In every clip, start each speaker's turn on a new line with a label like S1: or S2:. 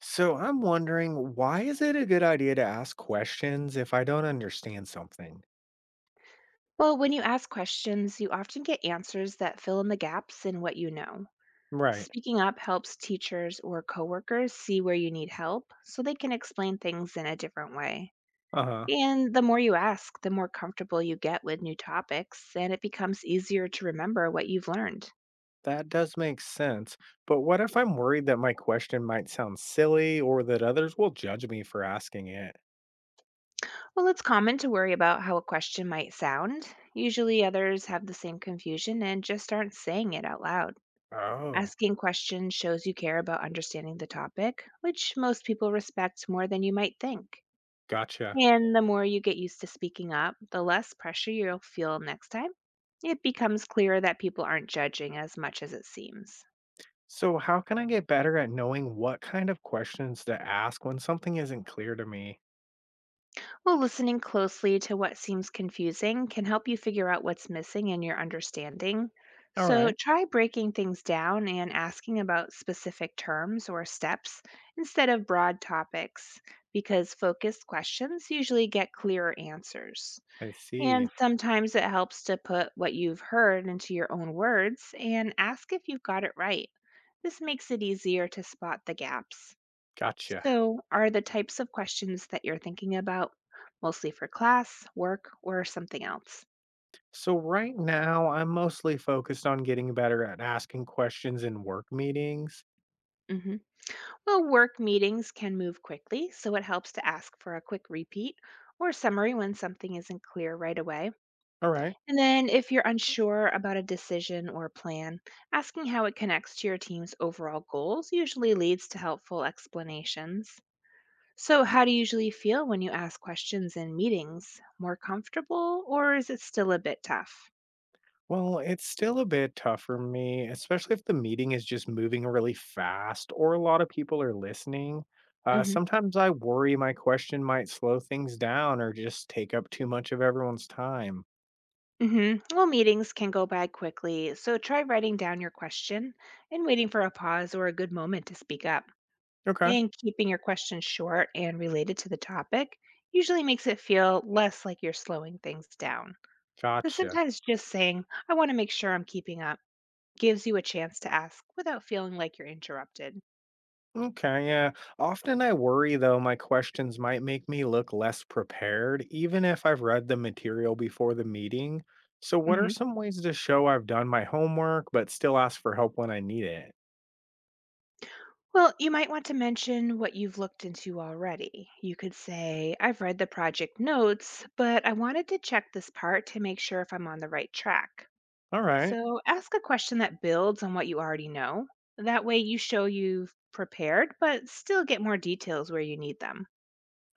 S1: So I'm wondering, why is it a good idea to ask questions if I don't understand something?
S2: Well, when you ask questions, you often get answers that fill in the gaps in what you know.
S1: Right.
S2: Speaking up helps teachers or coworkers see where you need help so they can explain things in a different way.
S1: Uh-huh.
S2: And the more you ask, the more comfortable you get with new topics, and it becomes easier to remember what you've learned.
S1: That does make sense. But what if I'm worried that my question might sound silly or that others will judge me for asking it?
S2: Well, it's common to worry about how a question might sound. Usually, others have the same confusion and just aren't saying it out loud.
S1: Oh,
S2: Asking questions shows you care about understanding the topic, which most people respect more than you might think.
S1: gotcha.
S2: And the more you get used to speaking up, the less pressure you'll feel next time. It becomes clearer that people aren't judging as much as it seems.
S1: So how can I get better at knowing what kind of questions to ask when something isn't clear to me?
S2: Well, listening closely to what seems confusing can help you figure out what's missing in your understanding.
S1: All
S2: So
S1: right.
S2: try breaking things down and asking about specific terms or steps instead of broad topics, because focused questions usually get clearer answers.
S1: I see.
S2: And sometimes it helps to put what you've heard into your own words and ask if you've got it right. This makes it easier to spot the gaps.
S1: Gotcha.
S2: So, are the types of questions that you're thinking about mostly for class, work, or something else?
S1: So right now I'm mostly focused on getting better at asking questions in work meetings.
S2: hmm Well, work meetings can move quickly, so it helps to ask for a quick repeat or summary when something isn't clear right away.
S1: All right.
S2: And then, if you're unsure about a decision or plan, asking how it connects to your team's overall goals usually leads to helpful explanations. So, how do you usually feel when you ask questions in meetings? More comfortable, or is it still a bit tough?
S1: Well, it's still a bit tough for me, especially if the meeting is just moving really fast or a lot of people are listening. Sometimes I worry my question might slow things down or just take up too much of everyone's time.
S2: Well, meetings can go by quickly, so try writing down your question and waiting for a pause or a good moment to speak up.
S1: Okay.
S2: And keeping your question short and related to the topic usually makes it feel less like you're slowing things down. And
S1: Gotcha.
S2: sometimes just saying, I want to make sure I'm keeping up, gives you a chance to ask without feeling like you're interrupted.
S1: Okay. Yeah. Often I worry, though, my questions might make me look less prepared, even if I've read the material before the meeting. So, what are
S2: hmm
S1: some ways to show I've done my homework but still ask for help when I need it?
S2: Well, you might want to mention what you've looked into already. You could say, I've read the project notes, but I wanted to check this part to make sure if I'm on the right track.
S1: All right.
S2: So ask a question that builds on what you already know. That way, you show you've prepared, but still get more details where you need them.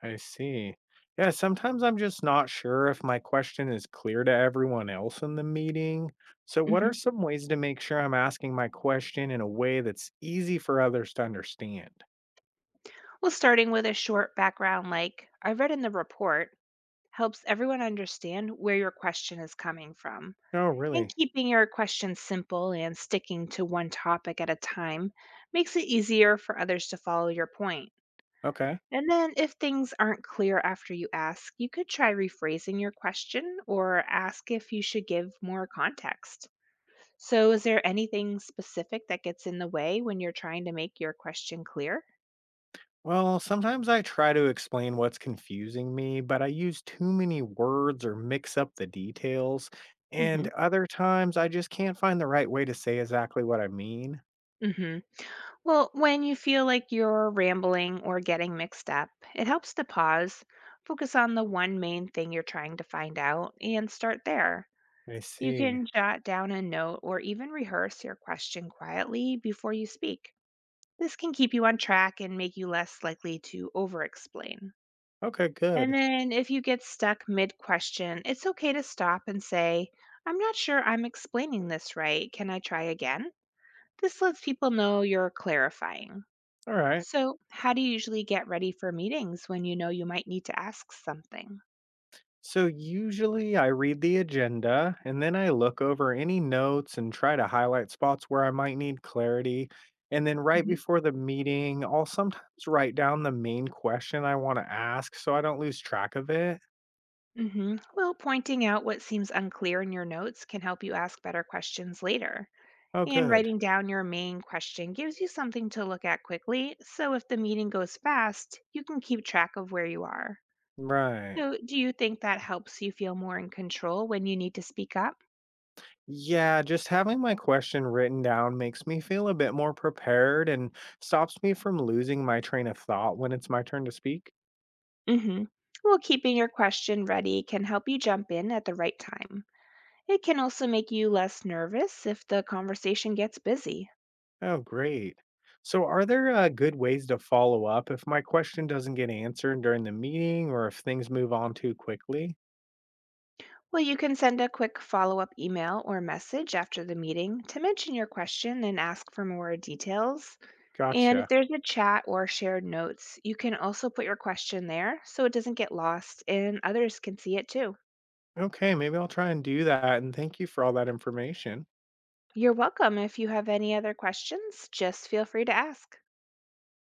S1: I see. Yeah, sometimes I'm just not sure if my question is clear to everyone else in the meeting. So, what are
S2: hmm
S1: some ways to make sure I'm asking my question in a way that's easy for others to understand?
S2: Well, starting with a short background like, I read in the report, helps everyone understand where your question is coming from.
S1: Oh,
S2: And
S1: really?
S2: keeping your questions simple and sticking to one topic at a time makes it easier for others to follow your point.
S1: Okay.
S2: And then, if things aren't clear after you ask, you could try rephrasing your question or ask if you should give more context. So, is there anything specific that gets in the way when you're trying to make your question clear?
S1: Well, sometimes I try to explain what's confusing me, but I use too many words or mix up the details.
S2: Mm
S1: And
S2: hmm.
S1: other times I just can't find the right way to say exactly what I mean.
S2: Mm hmm. Well, when you feel like you're rambling or getting mixed up, it helps to pause, focus on the one main thing you're trying to find out, and start there.
S1: I
S2: You
S1: see.
S2: can jot down a note or even rehearse your question quietly before you speak. This can keep you on track and make you less likely to over explain.
S1: Okay,
S2: And
S1: good.
S2: then if you get stuck mid question, it's okay to stop and say, I'm not sure I'm explaining this right. Can I try again? This lets people know you're clarifying.
S1: All right.
S2: So, how do you usually get ready for meetings when you know you might need to ask something?
S1: So usually I read the agenda and then I look over any notes and try to highlight spots where I might need clarity. And then right
S2: hmm
S1: before the meeting, I'll sometimes write down the main question I want to ask so I don't lose track of it.
S2: Well, pointing out what seems unclear in your notes can help you ask better questions later.
S1: Oh,
S2: And
S1: good.
S2: writing down your main question gives you something to look at quickly. So, if the meeting goes fast, you can keep track of where you are.
S1: Right.
S2: So, do you think that helps you feel more in control when you need to speak up?
S1: Yeah, just having my question written down makes me feel a bit more prepared and stops me from losing my train of thought when it's my turn to speak.
S2: hmm Well, keeping your question ready can help you jump in at the right time. It can also make you less nervous if the conversation gets busy.
S1: Oh, great. So, are there good ways to follow up if my question doesn't get answered during the meeting or if things move on too quickly?
S2: Well, you can send a quick follow up email or message after the meeting to mention your question and ask for more details. And if
S1: Gotcha.
S2: there's a chat or shared notes, you can also put your question there so it doesn't get lost and others can see it too.
S1: Okay, maybe I'll try and do that. And thank you for all that information.
S2: You're welcome. If you have any other questions, just feel free to ask.